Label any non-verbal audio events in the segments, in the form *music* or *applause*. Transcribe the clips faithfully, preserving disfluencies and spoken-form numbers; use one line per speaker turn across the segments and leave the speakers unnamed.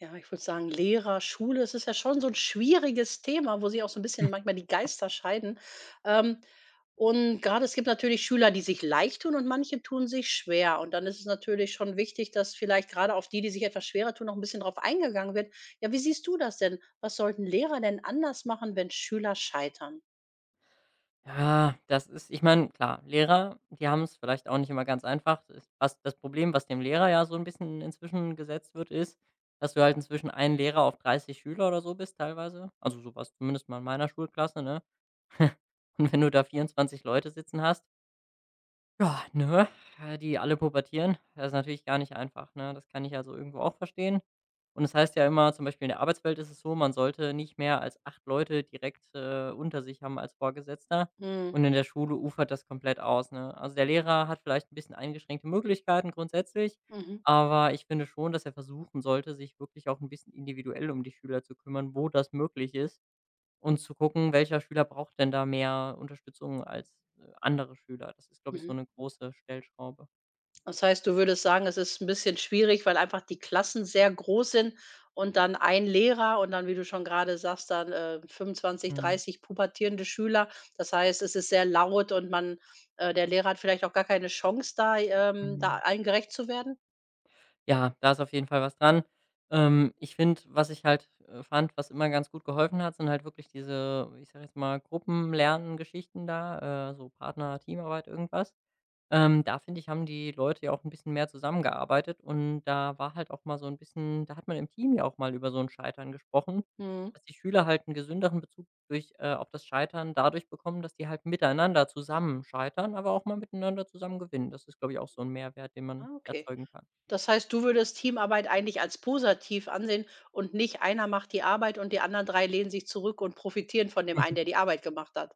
Ja, ich würde sagen, Lehrer, Schule, es ist ja schon so ein schwieriges Thema, wo sich auch so ein bisschen manchmal die Geister scheiden. Ähm, und gerade es gibt natürlich Schüler, die sich leicht tun und manche tun sich schwer. Und dann ist es natürlich schon wichtig, dass vielleicht gerade auf die, die sich etwas schwerer tun, noch ein bisschen drauf eingegangen wird. Ja, wie siehst du das denn? Was sollten Lehrer denn anders machen, wenn Schüler scheitern?
Ja, das ist ich meine, klar, Lehrer, die haben es vielleicht auch nicht immer ganz einfach. Es was das Problem, was dem Lehrer ja so ein bisschen inzwischen gesetzt wird, ist, dass du halt inzwischen ein Lehrer auf dreißig Schüler oder so bist teilweise. Also, sowas zumindest mal in meiner Schulklasse, ne? *laughs* Und wenn du da vierundzwanzig Leute sitzen hast ja, ne, äh, die alle pubertieren. Das ist natürlich gar nicht einfach, ne? Das kann ich also irgendwo auch verstehen. Und es heißt ja immer, zum Beispiel in der Arbeitswelt ist es so, man sollte nicht mehr als acht Leute direkt, äh, unter sich haben als Vorgesetzter.
Mhm.
Und in der Schule ufert das komplett aus, ne? Also, der Lehrer hat vielleicht ein bisschen eingeschränkte Möglichkeiten grundsätzlich,
Mhm.
aber ich finde schon, dass er versuchen sollte, sich wirklich auch ein bisschen individuell um die Schüler zu kümmern, wo das möglich ist und zu gucken, welcher Schüler braucht denn da mehr Unterstützung als, äh, andere Schüler. Das ist, glaube ich, so
Mhm.
eine große Stellschraube.
Das heißt, du würdest sagen, es ist ein bisschen schwierig, weil einfach die Klassen sehr groß sind und dann ein Lehrer und dann, wie du schon gerade sagst, dann, äh, fünfundzwanzig,
Mhm,
dreißig pubertierende Schüler. Das heißt, es ist sehr laut und man äh, der Lehrer hat vielleicht auch gar keine Chance, da ähm, da
mhm.
allen gerecht zu werden?
Ja, da ist auf jeden Fall was dran. Ähm, ich finde, was ich halt, äh, fand, was immer ganz gut geholfen hat, sind halt wirklich diese, ich sage jetzt mal, Gruppenlernen-Geschichten da, äh, so Partner, Teamarbeit, irgendwas. Ähm, da finde ich, haben die Leute ja auch ein bisschen mehr zusammengearbeitet und da war halt auch mal so ein bisschen da hat man im Team ja auch mal über so ein Scheitern gesprochen,
Mhm.
dass die Schüler halt einen gesünderen Bezug durch äh, auf das Scheitern dadurch bekommen, dass die halt miteinander zusammen scheitern, aber auch mal miteinander zusammen gewinnen. Das ist, glaube ich, auch so ein Mehrwert, den man
Ah, okay.
erzeugen kann.
Das heißt, du würdest Teamarbeit eigentlich als positiv ansehen und nicht einer macht die Arbeit und die anderen drei lehnen sich zurück und profitieren von dem einen, der die Arbeit gemacht hat?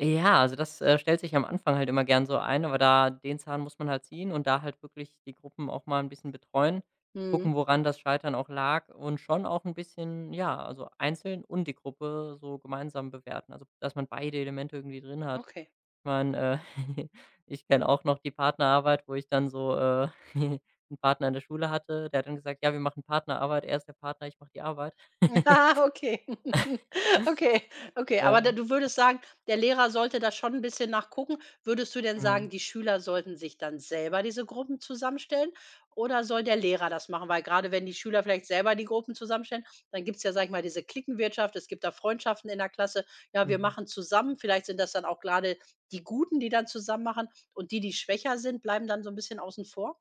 Ja, also das, äh, stellt sich am Anfang halt immer gern so ein, aber da den Zahn muss man halt ziehen und da halt wirklich die Gruppen auch mal ein bisschen betreuen,
Mhm.
gucken, woran das Scheitern auch lag und schon auch ein bisschen ja, also einzeln und die Gruppe so gemeinsam bewerten. Also, dass man beide Elemente irgendwie drin hat.
Okay.
Ich meine, äh, *laughs* ich kenne auch noch die Partnerarbeit, wo ich dann so, äh, *laughs* 'n Partner in der Schule hatte, der hat dann gesagt: „Ja, wir machen Partnerarbeit. Er ist der Partner, ich mache die Arbeit.“ *laughs*
Ah, okay. *laughs* Okay, okay. Aber
Ja,
da du würdest sagen, der Lehrer sollte da schon ein bisschen nachgucken. Würdest du denn
mhm.
sagen, die Schüler sollten sich dann selber diese Gruppen zusammenstellen oder soll der Lehrer das machen? Weil gerade wenn die Schüler vielleicht selber die Gruppen zusammenstellen, dann gibt's ja, sage ich mal, diese Cliquenwirtschaft, es gibt da Freundschaften in der Klasse. Ja, wir
Mhm.
machen zusammen. Vielleicht sind das dann auch gerade die Guten, die dann zusammen machen und die, die schwächer sind, bleiben dann so ein bisschen außen vor?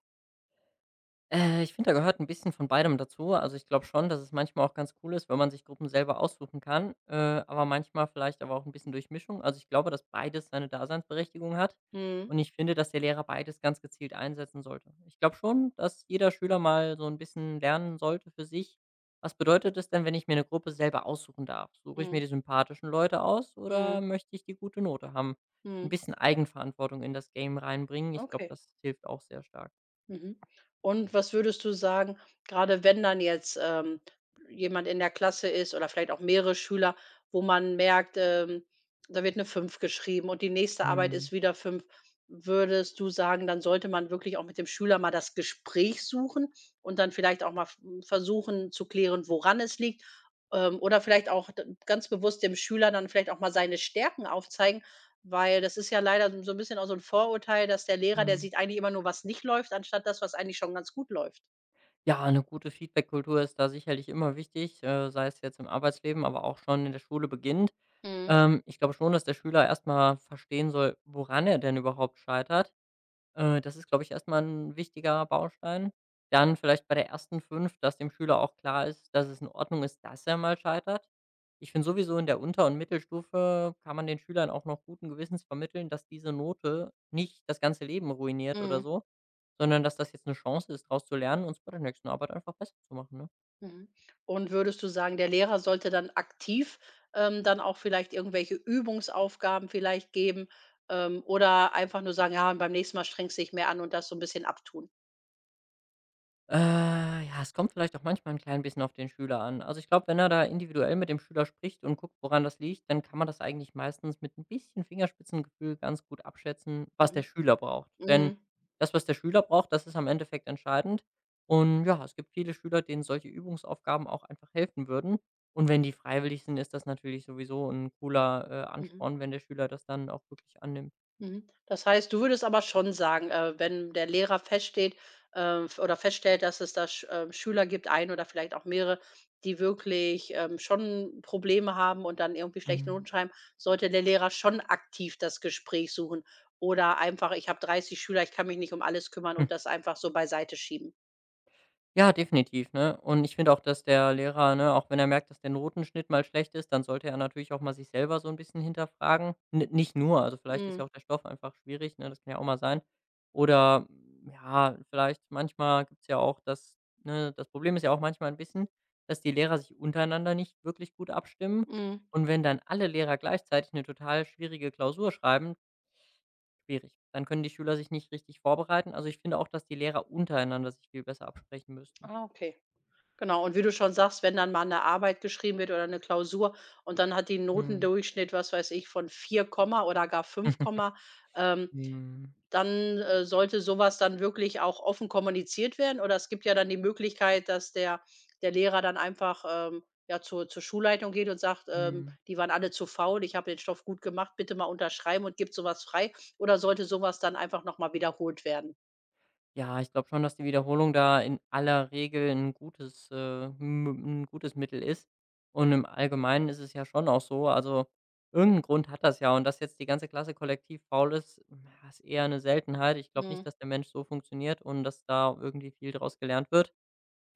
Äh, ich finde, da gehört ein bisschen von beidem dazu. Also, ich glaube schon, dass es manchmal auch ganz cool ist, wenn man sich Gruppen selber aussuchen kann, äh, aber manchmal vielleicht aber auch ein bisschen Durchmischung. Also, ich glaube, dass beides seine Daseinsberechtigung hat
Mhm,
und ich finde, dass der Lehrer beides ganz gezielt einsetzen sollte. Ich glaube schon, dass jeder Schüler mal so ein bisschen lernen sollte für sich: Was bedeutet es denn, wenn ich mir eine Gruppe selber aussuchen darf? Suche ich mir
mhm,
die sympathischen Leute aus oder
mhm,
möchte ich die gute Note haben? Ein
mhm.
bisschen Eigenverantwortung in das Game reinbringen. Ich glaube,
Okay.
das hilft auch sehr stark.
Mhm. Und was würdest du sagen, gerade wenn dann jetzt, ähm, jemand in der Klasse ist oder vielleicht auch mehrere Schüler, wo man merkt, ähm, da wird eine fünf geschrieben und die nächste Arbeit
Mhm.
ist wieder fünf. Würdest du sagen, dann sollte man wirklich auch mit dem Schüler mal das Gespräch suchen und dann vielleicht auch mal v versuchen zu klären, woran es liegt, ähm, oder vielleicht auch d ganz bewusst dem Schüler dann vielleicht auch mal seine Stärken aufzeigen, weil das ist ja leider so so 'n bisschen auch so 'n Vorurteil, dass der Lehrer, der
Mhm.
sieht eigentlich immer nur, was nicht läuft, anstatt das, was eigentlich schon ganz gut läuft.
Ja, eine gute Feedbackkultur ist da sicherlich immer wichtig, äh, sei es jetzt im Arbeitsleben, aber auch schon in der Schule beginnt.
Mhm,
Ähm, ich glaube schon, dass der Schüler erstmal verstehen soll, woran er denn überhaupt scheitert. Äh, das ist, glaube ich, erstmal ein wichtiger Baustein. Dann vielleicht bei der ersten fünf, dass dem Schüler auch klar ist, dass es in Ordnung ist, dass er mal scheitert. Ich finde sowieso, in der Unter und Mittelstufe kann man den Schülern auch noch guten Gewissens vermitteln, dass diese Note nicht das ganze Leben ruiniert oder
mhm,
so, sondern dass das jetzt eine Chance ist, draus zu lernen und es bei der nächsten Arbeit einfach besser zu machen, ne?
mhm. Und würdest du sagen, der Lehrer sollte dann aktiv, ähm, dann auch vielleicht irgendwelche Übungsaufgaben vielleicht geben, ähm, oder einfach nur sagen: „Ja, beim nächsten Mal strengst du dich mehr an“ und das so 'n bisschen abtun?
Äh, ja, es kommt vielleicht auch manchmal ein klein bisschen auf den Schüler an. Also, ich glaube, wenn er da individuell mit dem Schüler spricht und guckt, woran das liegt, dann kann man das eigentlich meistens mit ein bisschen Fingerspitzengefühl ganz gut abschätzen, was der
Mhm,
Schüler braucht. Denn
mhm,
das, was der Schüler braucht, das ist am Endeffekt entscheidend. Und ja, es gibt viele Schüler, denen solche Übungsaufgaben auch einfach helfen würden. Und wenn die freiwillig sind, ist das natürlich sowieso ein cooler, äh,
mhm.
Ansporn, wenn der Schüler das dann auch wirklich annimmt.
Mhm. Das heißt, du würdest aber schon sagen, äh, wenn der Lehrer feststeht, äh, f oder feststellt, dass es da Sch äh, Schüler gibt, einer oder vielleicht auch mehrere, die wirklich, ähm, schon Probleme haben und dann irgendwie schlechte
Mhm.
Noten schreiben, sollte der Lehrer schon aktiv das Gespräch suchen oder einfach: „Ich habe dreißig Schüler, ich kann mich nicht um alles kümmern“ und das einfach so beiseite schieben.
Ja, definitiv, ne? Und ich finde auch, dass der Lehrer, ne, auch wenn er merkt, dass der Notenschnitt mal schlecht ist, dann sollte er natürlich auch mal sich selber so ein bisschen hinterfragen. N nicht nur, also, vielleicht ist ja
Mhm,
auch der Stoff einfach schwierig, ne? Das kann ja auch mal sein. Oder, mm, ja, vielleicht manchmal gibt's ja auch das, ne, das Problem ist ja auch manchmal ein bisschen, dass die Lehrer sich untereinander nicht wirklich gut abstimmen.
mhm.
Und wenn dann alle Lehrer gleichzeitig eine total schwierige Klausur schreiben, schwierig. Dann können die Schüler sich nicht richtig vorbereiten. Also, ich finde auch, dass die Lehrer untereinander sich viel besser absprechen müssten.
Ah, okay. Genau, und wie du schon sagst, wenn dann mal eine Arbeit geschrieben wird oder eine Klausur und dann hat die 'n
Mhm.
Notendurchschnitt, was weiß ich, von vier oder gar fünf.
*laughs*
ähm,
Mhm.
dann, äh, Sollte sowas dann wirklich auch offen kommuniziert werden, oder es gibt ja dann die Möglichkeit, dass der der Lehrer dann einfach, ähm, ja, zur zur Schulleitung geht und sagt, ähm:
Mhm.
„Die waren alle zu faul, ich habe den Stoff gut gemacht, bitte mal unterschreiben“ und gibt sowas frei, oder sollte sowas dann einfach noch mal wiederholt werden?
Ja, ich glaube schon, dass die Wiederholung da in aller Regel ein gutes, äh, m 'n gutes Mittel ist. Und im Allgemeinen ist es ja schon auch so, also, irgend Grund hat das ja. Und dass jetzt die ganze Klasse kollektiv faul ist, ja, ist eher eine Seltenheit. Ich glaube nicht, dass
Mhm.
der Mensch so funktioniert und dass da irgendwie viel draus gelernt wird.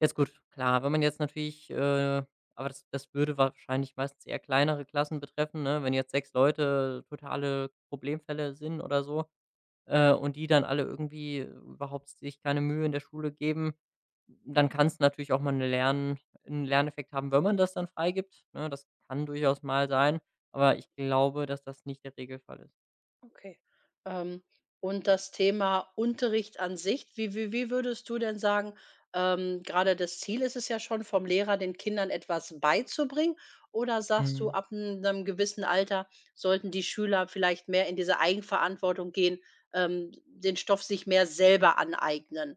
Jetzt gut, klar, wenn man jetzt natürlich, äh aber das das würde wahrscheinlich meistens eher kleinere Klassen betreffen, ne? Wenn jetzt sechs Leute totale Problemfälle sind oder so, äh, und die dann alle irgendwie äh, überhaupt sich keine Mühe in der Schule geben, dann kann es natürlich auch mal 'ne Lern 'n Lerneffekt haben, wenn man das dann freigibt, ne? Das kann durchaus mal sein, aber ich glaube, dass das nicht der Regelfall ist.
Okay. Ähm, und das Thema Unterricht an sich, wie wie wie würdest du denn sagen, ähm, grade das Ziel ist es ja schon, vom Lehrer den Kindern etwas beizubringen, oder sagst du,
Mhm.
ab einem gewissen Alter sollten die Schüler vielleicht mehr in diese Eigenverantwortung gehen, ähm, den Stoff sich mehr selber aneignen?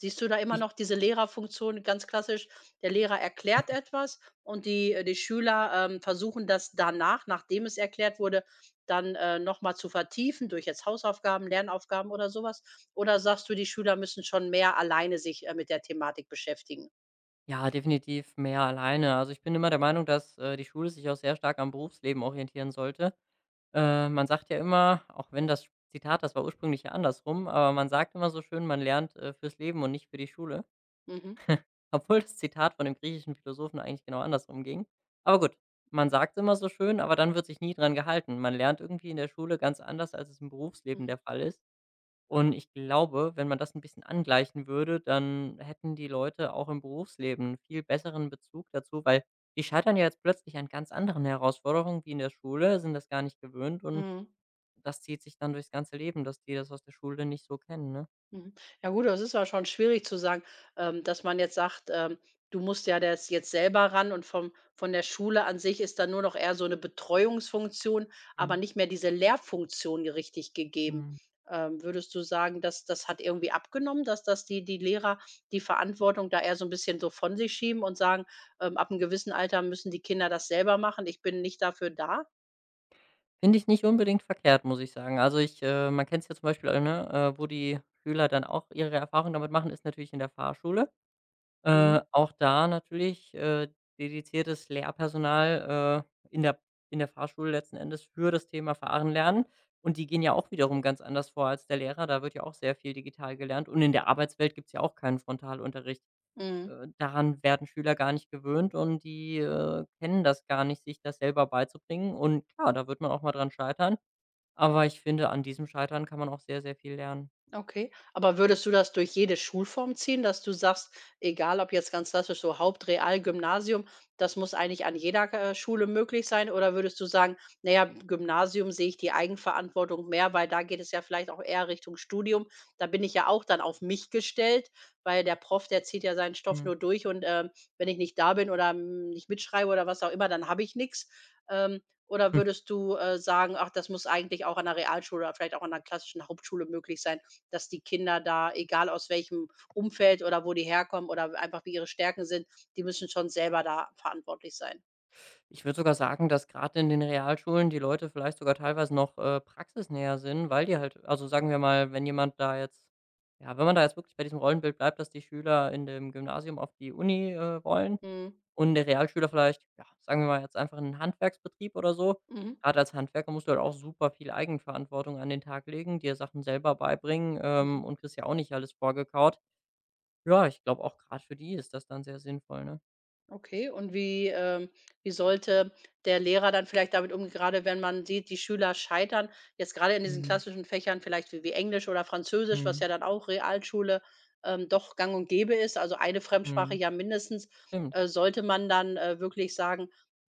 Siehst du da immer
Ich
noch diese Lehrerfunktion ganz klassisch, der Lehrer erklärt etwas und die äh, die Schüler, ähm, versuchen das danach, nachdem es erklärt wurde, dann, äh, noch mal zu vertiefen durch jetzt Hausaufgaben, Lernaufgaben oder sowas? Oder sagst du, die Schüler müssen schon mehr alleine sich, äh, mit der Thematik beschäftigen?
ja, definitiv mehr alleine. Also, ich bin immer der Meinung, dass, äh, die Schule sich auch sehr stark am Berufsleben orientieren sollte. Äh, man sagt ja immer, auch wenn das Zitat das war ursprünglich ja andersrum, aber man sagt immer so schön, man lernt, äh, fürs Leben und nicht für die Schule.
Mhm,
Obwohl das Zitat von dem griechischen Philosophen eigentlich genau andersrum ging. Aber gut, man sagt immer so schön, aber dann wird sich nie dran gehalten. Man lernt irgendwie in der Schule ganz anders, als es im Berufsleben
mhm.
der Fall ist. Und ich glaube, wenn man das ein bisschen angleichen würde, dann hätten die Leute auch im Berufsleben 'n viel besseren Bezug dazu, weil die scheitern ja jetzt plötzlich an ganz anderen Herausforderungen wie in der Schule, sind das gar nicht gewöhnt und
Mhm.
das zieht sich dann durchs ganze Leben, dass die das aus der Schule nicht so kennen, ne?
Mhm. Ja gut, das ist ja schon schwierig zu sagen, ähm, dass man jetzt sagt, ähm, du musst ja das jetzt selber ran und vom von der Schule an sich ist dann nur noch eher so eine Betreuungsfunktion, aber
Mhm.
nicht mehr diese Lehrfunktion ge richtig gegeben.
Mhm.
Ähm, würdest du sagen, dass das hat irgendwie abgenommen dass das die die Lehrer die Verantwortung da eher so ein bisschen so von sich schieben und sagen, ähm, ab einem gewissen Alter müssen die Kinder das selber machen, ich bin nicht dafür da?
Finde ich nicht unbedingt verkehrt, muss ich sagen. Also ich äh, man kennt es ja zum Beispiel, äh, ne, äh, wo die Schüler dann auch ihre Erfahrungen damit machen, ist natürlich in der Fahrschule.
Mhm.
Äh, auch da natürlich, äh, dediziertes Lehrpersonal, äh, in der in der Fahrschule letzten Endes für das Thema Fahren lernen. Und die gehen ja auch wiederum ganz anders vor als der Lehrer. Da wird ja auch sehr viel digital gelernt. Und in der Arbeitswelt gibt's ja auch keinen Frontalunterricht.
Mhm.
Äh, daran werden Schüler gar nicht gewöhnt und die, äh, kennen das gar nicht, sich das selber beizubringen. Und klar, da wird man auch mal dran scheitern. Aber ich finde, an diesem Scheitern kann man auch sehr, sehr viel lernen.
Okay, aber würdest du das durch jede Schulform ziehen, dass du sagst, egal ob jetzt ganz klassisch so Haupt-, Gymnasium, das muss eigentlich an jeder äh, Schule möglich sein? Oder würdest du sagen, naja, Gymnasium sehe ich die Eigenverantwortung mehr, weil da geht es ja vielleicht auch eher Richtung Studium. Da bin ich ja auch dann auf mich gestellt, weil der Prof, der zieht ja seinen Stoff
Mhm.
nur durch, und ähm, wenn ich nicht da bin oder mm, nicht mitschreibe oder was auch immer, dann habe ich nichts. Ähm, oder
Hm.
würdest du äh, sagen, ach, das muss eigentlich auch an der Realschule oder vielleicht auch an der klassischen Hauptschule möglich sein, dass die Kinder da, egal aus welchem Umfeld oder wo die herkommen oder einfach wie ihre Stärken sind, die müssen schon selber da verantwortlich sein?
Ich würde sogar sagen, dass gerade in den Realschulen die Leute vielleicht sogar teilweise noch, äh, praxisnäher sind, weil die halt also, sagen wir mal, wenn jemand da jetzt ja, wenn man da jetzt wirklich bei diesem Rollenbild bleibt, dass die Schüler in dem Gymnasium auf die Uni, äh, wollen
Mhm,
und der Realschüler vielleicht, ja, sagen wir mal jetzt einfach in 'nen Handwerksbetrieb oder so.
mhm.
Gerade als Handwerker musst du halt auch super viel Eigenverantwortung an den Tag legen, dir Sachen selber beibringen,
Mhm.
ähm, und kriegst ja auch nicht alles vorgekaut. Ja, ich glaube auch gerade für die ist das dann sehr sinnvoll, ne?
Okay, und wie, ähm wie sollte der Lehrer dann vielleicht damit umgehen, gerade wenn man sieht, die Schüler scheitern, jetzt gerade in diesen
Mhm,
klassischen Fächern vielleicht wie wie Englisch oder Französisch, was
mhm,
ja dann auch Realschule, ähm, doch gang und gäbe ist, also eine Fremdsprache
mhm.
ja mindestens,
Stimmt.
äh, sollte man dann, äh, wirklich sagen,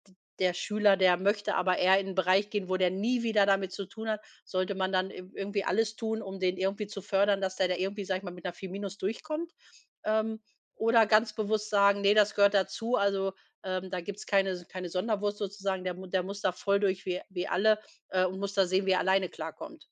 d der Schüler, der möchte aber eher in einen Bereich gehen, wo der nie wieder damit zu tun hat, sollte man dann ir irgendwie alles tun, um den irgendwie zu fördern, dass der da irgendwie, sage ich mal, mit einer vier Minus durchkommt? Ähm, oder ganz bewusst sagen: „Nee, das gehört dazu.“ Also, ähm, da gibt's keine keine Sonderwurst sozusagen. Der mu der muss da voll durch wie wie alle, äh, und muss da sehen, wie er alleine klarkommt.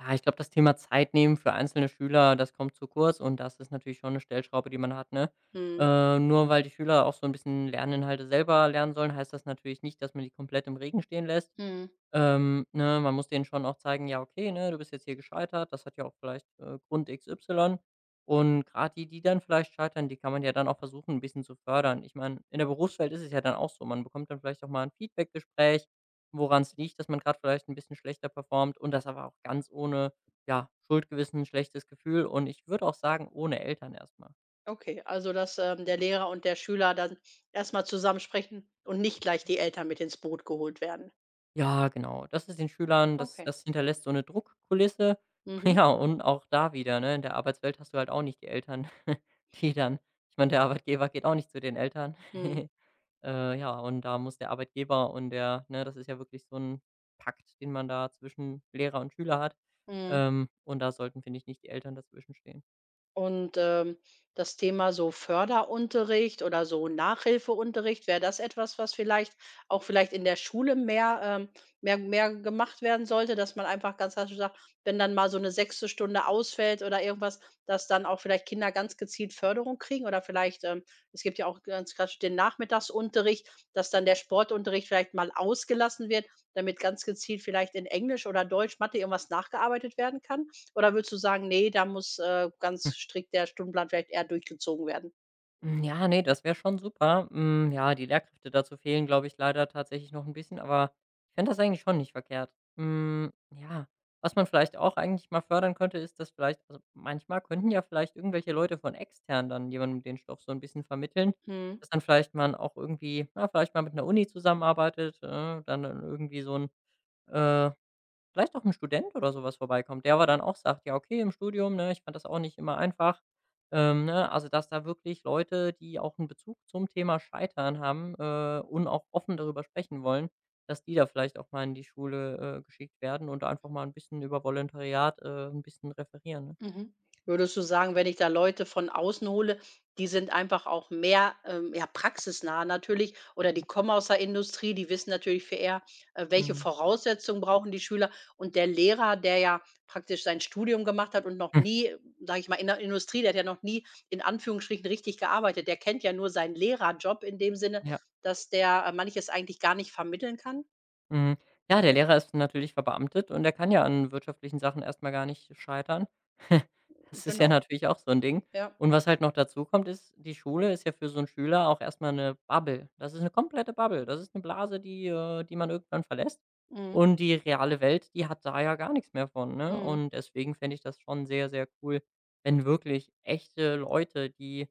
Ja, ich glaube, das Thema Zeit nehmen für einzelne Schüler, das kommt zu kurz und das ist natürlich schon 'ne Stellschraube, die man hat, ne?
Mhm,
Äh, nur weil die Schüler auch so 'n bisschen Lerninhalte selber lernen sollen, heißt das natürlich nicht, dass man die komplett im Regen stehen lässt.
mhm.
Ähm, ne, man muss denen schon auch zeigen: „Ja, okay, ne, du bist jetzt hier gescheitert. Das hat ja auch vielleicht, äh, Grund X Y.“ Und gerade die, die dann vielleicht scheitern, die kann man ja dann auch versuchen, ein bisschen zu fördern. Ich meine, in der Berufswelt ist es ja dann auch so. Man bekommt dann vielleicht auch mal ein Feedbackgespräch, woran es liegt, dass man gerade vielleicht ein bisschen schlechter performt und das aber auch ganz ohne, ja, Schuldgewissen, schlechtes Gefühl und ich würde auch sagen, ohne Eltern erstmal.
Okay, also, dass, ähm, der Lehrer und der Schüler dann erstmal zusammensprechen und nicht gleich die Eltern mit ins Boot geholt werden.
Ja, genau. Das ist den Schülern das
Okay.
das hinterlässt so eine Druckkulisse.
Mhm.
*laughs* Ja, und auch da wieder, ne, in der Arbeitswelt hast du halt auch nicht die Eltern, *laughs* die dann ich meine, der Arbeitgeber geht auch nicht zu den Eltern.
Mhm.
*laughs* Äh, ja, und da muss der Arbeitgeber und der ne, das ist ja wirklich so ein Pakt, den man da zwischen Lehrer und Schüler hat.
Mhm.
Ähm, und da sollten, finde ich, nicht die Eltern dazwischen stehen.
Und, ähm, das Thema so Förderunterricht oder so Nachhilfeunterricht, wäre das etwas, was vielleicht auch vielleicht in der Schule mehr ähm, mehr mehr gemacht werden sollte, dass man einfach ganz klassisch sagt, wenn dann mal so eine sechste Stunde ausfällt oder irgendwas, dass dann auch vielleicht Kinder ganz gezielt Förderung kriegen, oder vielleicht, ähm es gibt ja auch ganz klassisch den Nachmittagsunterricht, dass dann der Sportunterricht vielleicht mal ausgelassen wird, damit ganz gezielt vielleicht in Englisch oder Deutsch, Mathe irgendwas nachgearbeitet werden kann? Oder würdest du sagen: „Nee, da muss, äh, ganz strikt der Stundenplan vielleicht eher durchgezogen werden?“
Hm, ja, ne, das wäre schon super. Hm, ja, die Lehrkräfte dazu fehlen, glaube ich, leider tatsächlich noch ein bisschen, aber ich fände das eigentlich schon nicht verkehrt. Hm, ja, was man vielleicht auch eigentlich mal fördern könnte, ist, dass vielleicht also, manchmal könnten ja vielleicht irgendwelche Leute von extern dann jemandem den Stoff so ein bisschen vermitteln,
Mhm,
dass dann vielleicht man auch irgendwie, na vielleicht mal mit einer Uni zusammenarbeitet, äh, dann irgendwie so ein äh Vielleicht auch ein Student oder sowas vorbeikommt, der aber dann auch sagt: „Ja, okay, im Studium, ne, ich fand das auch nicht immer einfach.“ Ähm, ne, also, dass da wirklich Leute, die auch einen Bezug zum Thema Scheitern haben, äh, und auch offen darüber sprechen wollen, dass die da vielleicht auch mal in die Schule, äh, geschickt werden und da einfach mal ein bisschen über Volontariat, äh, 'n bisschen referieren, ne?
mhm. Würdest du sagen, wenn ich da Leute von außen hole, die sind einfach auch mehr, ähm, ja, praxisnah natürlich, oder die kommen aus der Industrie, die wissen natürlich viel eher, äh, welche
Mhm.
Voraussetzungen brauchen die Schüler, und der Lehrer, der ja praktisch sein Studium gemacht hat und noch
Hm,
nie, sage ich mal, in der Industrie, der hat ja noch nie in Anführungsstrichen richtig gearbeitet. Der kennt ja nur seinen Lehrerjob in dem Sinne,
ja.
dass der, äh, manches eigentlich gar nicht vermitteln kann?
Mhm. Ja, der Lehrer ist natürlich verbeamtet und der kann ja an wirtschaftlichen Sachen erstmal gar nicht scheitern. *laughs* Das ist ja
Genau,
natürlich auch so ein Ding.
ja.
Und was halt noch dazu kommt, ist, die Schule ist ja für so einen Schüler auch erstmal eine Bubble. Das ist eine komplette Bubble. Das ist eine Blase, die äh, die man irgendwann verlässt.
Mhm,
Und die reale Welt, die hat da ja gar nichts mehr von, ne?
mhm,
Und deswegen fände ich das schon sehr, sehr cool, wenn wirklich echte Leute, die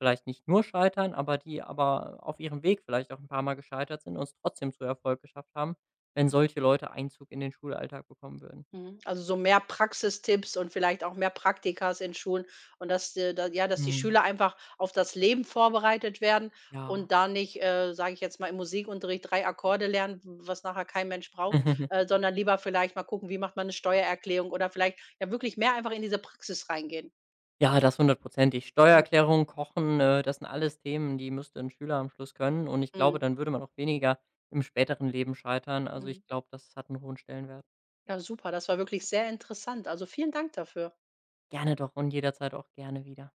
vielleicht nicht nur scheitern, aber die aber auf ihrem Weg vielleicht auch ein paar Mal gescheitert sind und es trotzdem zu Erfolg geschafft haben, wenn solche Leute Einzug in den Schulalltag bekommen würden.
mhm. Also, so mehr Praxistipps und vielleicht auch mehr Praktikas in Schulen, und dass de da ja, dass die
Mhm.
Schüler einfach auf das Leben vorbereitet werden
Ja.
und da nicht, äh, sage ich jetzt mal, im Musikunterricht drei Akkorde lernen, was nachher kein Mensch braucht,
*laughs*
äh, sondern lieber vielleicht mal gucken, wie macht man eine Steuererklärung, oder vielleicht ja wirklich mehr einfach in diese Praxis reingehen.
Ja, das hundertprozentig. Steuererklärung, Kochen, äh, das sind alles Themen, die müsste ein Schüler am Schluss können und ich glaube,
Mhm,
dann würde man auch weniger im späteren Leben scheitern. Also,
mhm.
ich glaube, das hat einen hohen Stellenwert.
Ja, super, das war wirklich sehr interessant. Also, vielen Dank dafür.
Gerne doch und jederzeit auch gerne wieder.